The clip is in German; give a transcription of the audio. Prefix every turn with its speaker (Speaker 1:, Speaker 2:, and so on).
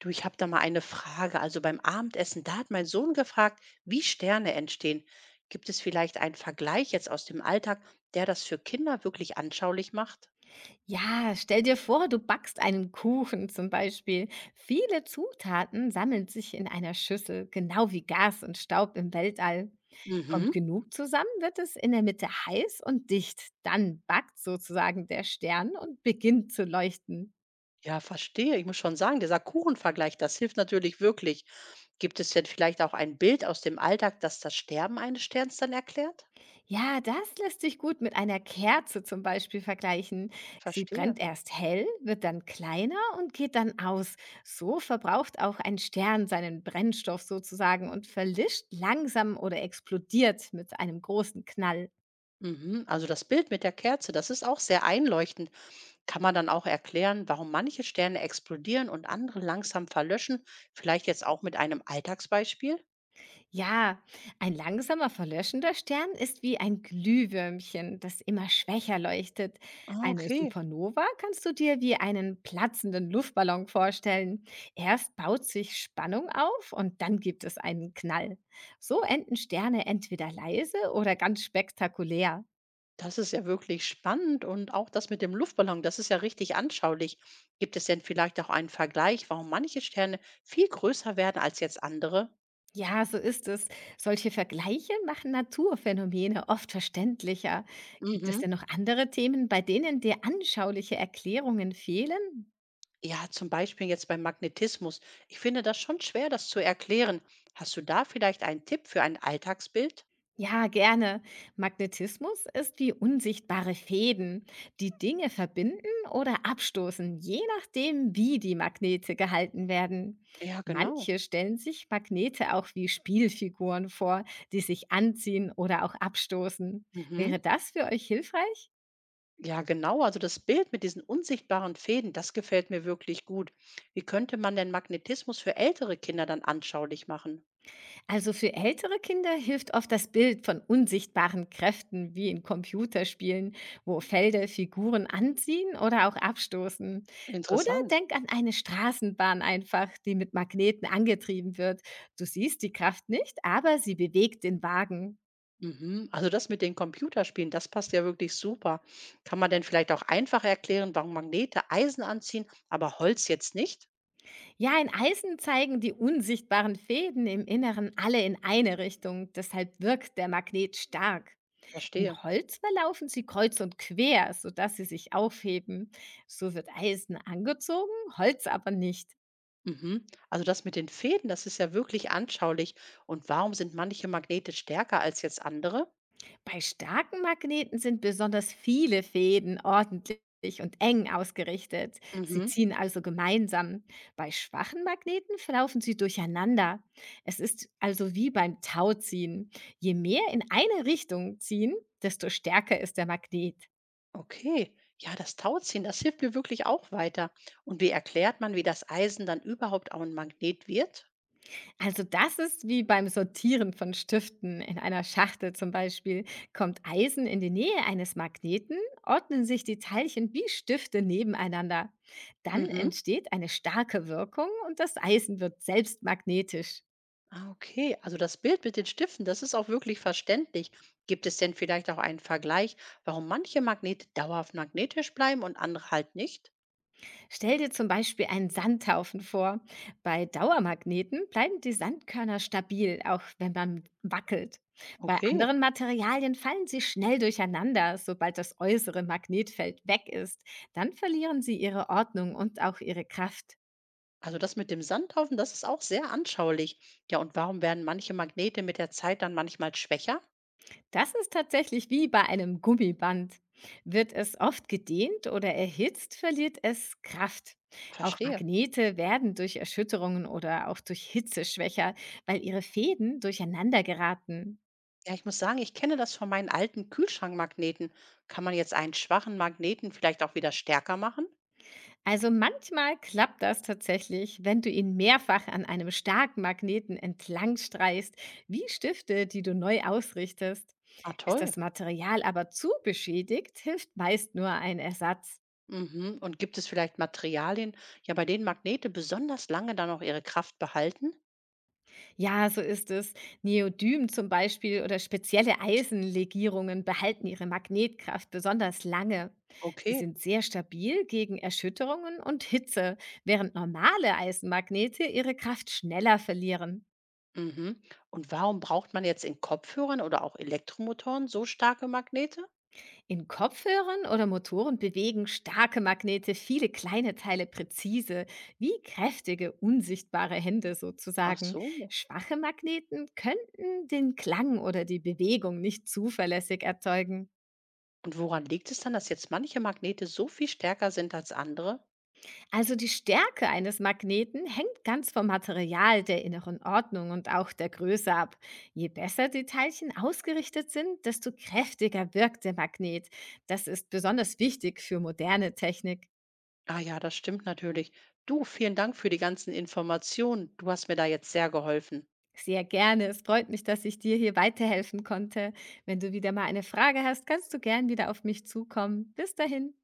Speaker 1: Du, ich habe da mal eine Frage. Also beim Abendessen, da hat mein Sohn gefragt, wie Sterne entstehen. Gibt es vielleicht einen Vergleich jetzt aus dem Alltag, der das für Kinder wirklich anschaulich macht?
Speaker 2: Ja, stell dir vor, du backst einen Kuchen zum Beispiel. Viele Zutaten sammeln sich in einer Schüssel, genau wie Gas und Staub im Weltall. Kommt
Speaker 1: Mhm.
Speaker 2: genug zusammen, wird es in der Mitte heiß und dicht. Dann backt sozusagen der Stern und beginnt zu leuchten.
Speaker 1: Ja, verstehe. Ich muss schon sagen, dieser Kuchenvergleich, das hilft natürlich wirklich. Gibt es denn vielleicht auch ein Bild aus dem Alltag, das das Sterben eines Sterns dann erklärt?
Speaker 2: Ja, das lässt sich gut mit einer Kerze zum Beispiel vergleichen. Sie
Speaker 1: Verstehe.
Speaker 2: brennt erst hell, wird dann kleiner und geht dann aus. So verbraucht auch ein Stern seinen Brennstoff sozusagen und verlischt langsam oder explodiert mit einem großen Knall.
Speaker 1: Mhm. Also das Bild mit der Kerze, das ist auch sehr einleuchtend. Kann man dann auch erklären, warum manche Sterne explodieren und andere langsam verlöschen? Vielleicht jetzt auch mit einem Alltagsbeispiel?
Speaker 2: Ja, ein langsamer verlöschender Stern ist wie ein Glühwürmchen, das immer schwächer leuchtet.
Speaker 1: Ah,
Speaker 2: Eine
Speaker 1: okay.
Speaker 2: Supernova kannst du dir wie einen platzenden Luftballon vorstellen. Erst baut sich Spannung auf und dann gibt es einen Knall. So enden Sterne entweder leise oder ganz spektakulär.
Speaker 1: Das ist ja wirklich spannend und auch das mit dem Luftballon, das ist ja richtig anschaulich. Gibt es denn vielleicht auch einen Vergleich, warum manche Sterne viel größer werden als jetzt andere?
Speaker 2: Ja, so ist es. Solche Vergleiche machen Naturphänomene oft verständlicher. Gibt es
Speaker 1: Mhm.
Speaker 2: denn noch andere Themen, bei denen dir anschauliche Erklärungen fehlen?
Speaker 1: Ja, zum Beispiel jetzt beim Magnetismus. Ich finde das schon schwer, das zu erklären. Hast du da vielleicht einen Tipp für ein Alltagsbild?
Speaker 2: Ja, gerne. Magnetismus ist wie unsichtbare Fäden, die Dinge verbinden oder abstoßen, je nachdem, wie die Magnete gehalten werden.
Speaker 1: Ja,
Speaker 2: Manche
Speaker 1: genau.
Speaker 2: stellen sich Magnete auch wie Spielfiguren vor, die sich anziehen oder auch abstoßen.
Speaker 1: Mhm.
Speaker 2: Wäre das für euch hilfreich?
Speaker 1: Ja, genau. Also das Bild mit diesen unsichtbaren Fäden, das gefällt mir wirklich gut. Wie könnte man denn Magnetismus für ältere Kinder dann anschaulich machen?
Speaker 2: Also für ältere Kinder hilft oft das Bild von unsichtbaren Kräften wie in Computerspielen, wo Felder Figuren anziehen oder auch abstoßen. Oder
Speaker 1: Interessant.
Speaker 2: denk an eine Straßenbahn einfach, die mit Magneten angetrieben wird. Du siehst die Kraft nicht, aber sie bewegt den Wagen.
Speaker 1: Mhm. Also das mit den Computerspielen, das passt ja wirklich super. Kann man denn vielleicht auch einfach erklären, warum Magnete Eisen anziehen, aber Holz jetzt nicht?
Speaker 2: Ja, in Eisen zeigen die unsichtbaren Fäden im Inneren alle in eine Richtung, deshalb wirkt der Magnet stark. In
Speaker 1: Verstehe.
Speaker 2: Holz verlaufen sie kreuz und quer, sodass sie sich aufheben. So wird Eisen angezogen, Holz aber nicht.
Speaker 1: Mhm. Also das mit den Fäden, das ist ja wirklich anschaulich. Und warum sind manche Magnete stärker als jetzt andere?
Speaker 2: Bei starken Magneten sind besonders viele Fäden ordentlich und eng ausgerichtet. Sie
Speaker 1: Mhm.
Speaker 2: ziehen also gemeinsam. Bei schwachen Magneten verlaufen sie durcheinander. Es ist also wie beim Tauziehen. Je mehr in eine Richtung ziehen, desto stärker ist der Magnet.
Speaker 1: Okay, ja, das Tauziehen, das hilft mir wirklich auch weiter. Und wie erklärt man, wie das Eisen dann überhaupt auch ein Magnet wird?
Speaker 2: Also das ist wie beim Sortieren von Stiften in einer Schachtel zum Beispiel. Kommt Eisen in die Nähe eines Magneten, ordnen sich die Teilchen wie Stifte nebeneinander. Dann
Speaker 1: Mhm.
Speaker 2: entsteht eine starke Wirkung und das Eisen wird selbst magnetisch.
Speaker 1: Ah, okay, also das Bild mit den Stiften, das ist auch wirklich verständlich. Gibt es denn vielleicht auch einen Vergleich, warum manche Magnete dauerhaft magnetisch bleiben und andere halt nicht?
Speaker 2: Stell dir zum Beispiel einen Sandhaufen vor. Bei Dauermagneten bleiben die Sandkörner stabil, auch wenn man wackelt. Bei
Speaker 1: Okay,
Speaker 2: anderen Materialien fallen sie schnell durcheinander, sobald das äußere Magnetfeld weg ist. Dann verlieren sie ihre Ordnung und auch ihre Kraft.
Speaker 1: also das mit dem Sandhaufen, das ist auch sehr anschaulich. Ja, und warum werden manche Magnete mit der Zeit dann manchmal schwächer?
Speaker 2: Das ist tatsächlich wie bei einem Gummiband. Wird es oft gedehnt oder erhitzt, verliert es Kraft. Auch
Speaker 1: Verstehe.
Speaker 2: Magnete werden durch Erschütterungen oder auch durch Hitze schwächer, weil ihre Fäden durcheinander geraten.
Speaker 1: Ja, ich muss sagen, ich kenne das von meinen alten Kühlschrankmagneten. Kann man jetzt einen schwachen Magneten vielleicht auch wieder stärker machen?
Speaker 2: Also manchmal klappt das tatsächlich, wenn du ihn mehrfach an einem starken Magneten entlang streichst, wie Stifte, die du neu ausrichtest.
Speaker 1: Ah,
Speaker 2: Ist
Speaker 1: toll.
Speaker 2: das Material aber zu beschädigt, hilft meist nur ein Ersatz.
Speaker 1: Mhm. Und gibt es vielleicht Materialien, ja, bei denen Magnete besonders lange dann auch ihre Kraft behalten?
Speaker 2: Ja, so ist es. Neodym zum Beispiel oder spezielle Eisenlegierungen behalten ihre Magnetkraft besonders lange. Sie
Speaker 1: Okay.
Speaker 2: sind sehr stabil gegen Erschütterungen und Hitze, während normale Eisenmagnete ihre Kraft schneller verlieren.
Speaker 1: Mhm. Und warum braucht man jetzt in Kopfhörern oder auch Elektromotoren so starke Magnete?
Speaker 2: In Kopfhörern oder Motoren bewegen starke Magnete viele kleine Teile präzise, wie kräftige, unsichtbare Hände
Speaker 1: Ach
Speaker 2: sozusagen.
Speaker 1: so.
Speaker 2: Schwache Magneten könnten den Klang oder die Bewegung nicht zuverlässig erzeugen.
Speaker 1: Und woran liegt es dann, dass jetzt manche Magnete so viel stärker sind als andere?
Speaker 2: Also die Stärke eines Magneten hängt ganz vom Material, der inneren Ordnung und auch der Größe ab. Je besser die Teilchen ausgerichtet sind, desto kräftiger wirkt der Magnet. Das ist besonders wichtig für moderne Technik.
Speaker 1: Ah ja, das stimmt natürlich. Du, vielen Dank für die ganzen Informationen. Du hast mir da jetzt sehr geholfen.
Speaker 2: Sehr gerne. Es freut mich, dass ich dir hier weiterhelfen konnte. Wenn du wieder mal eine Frage hast, kannst du gern wieder auf mich zukommen. Bis dahin.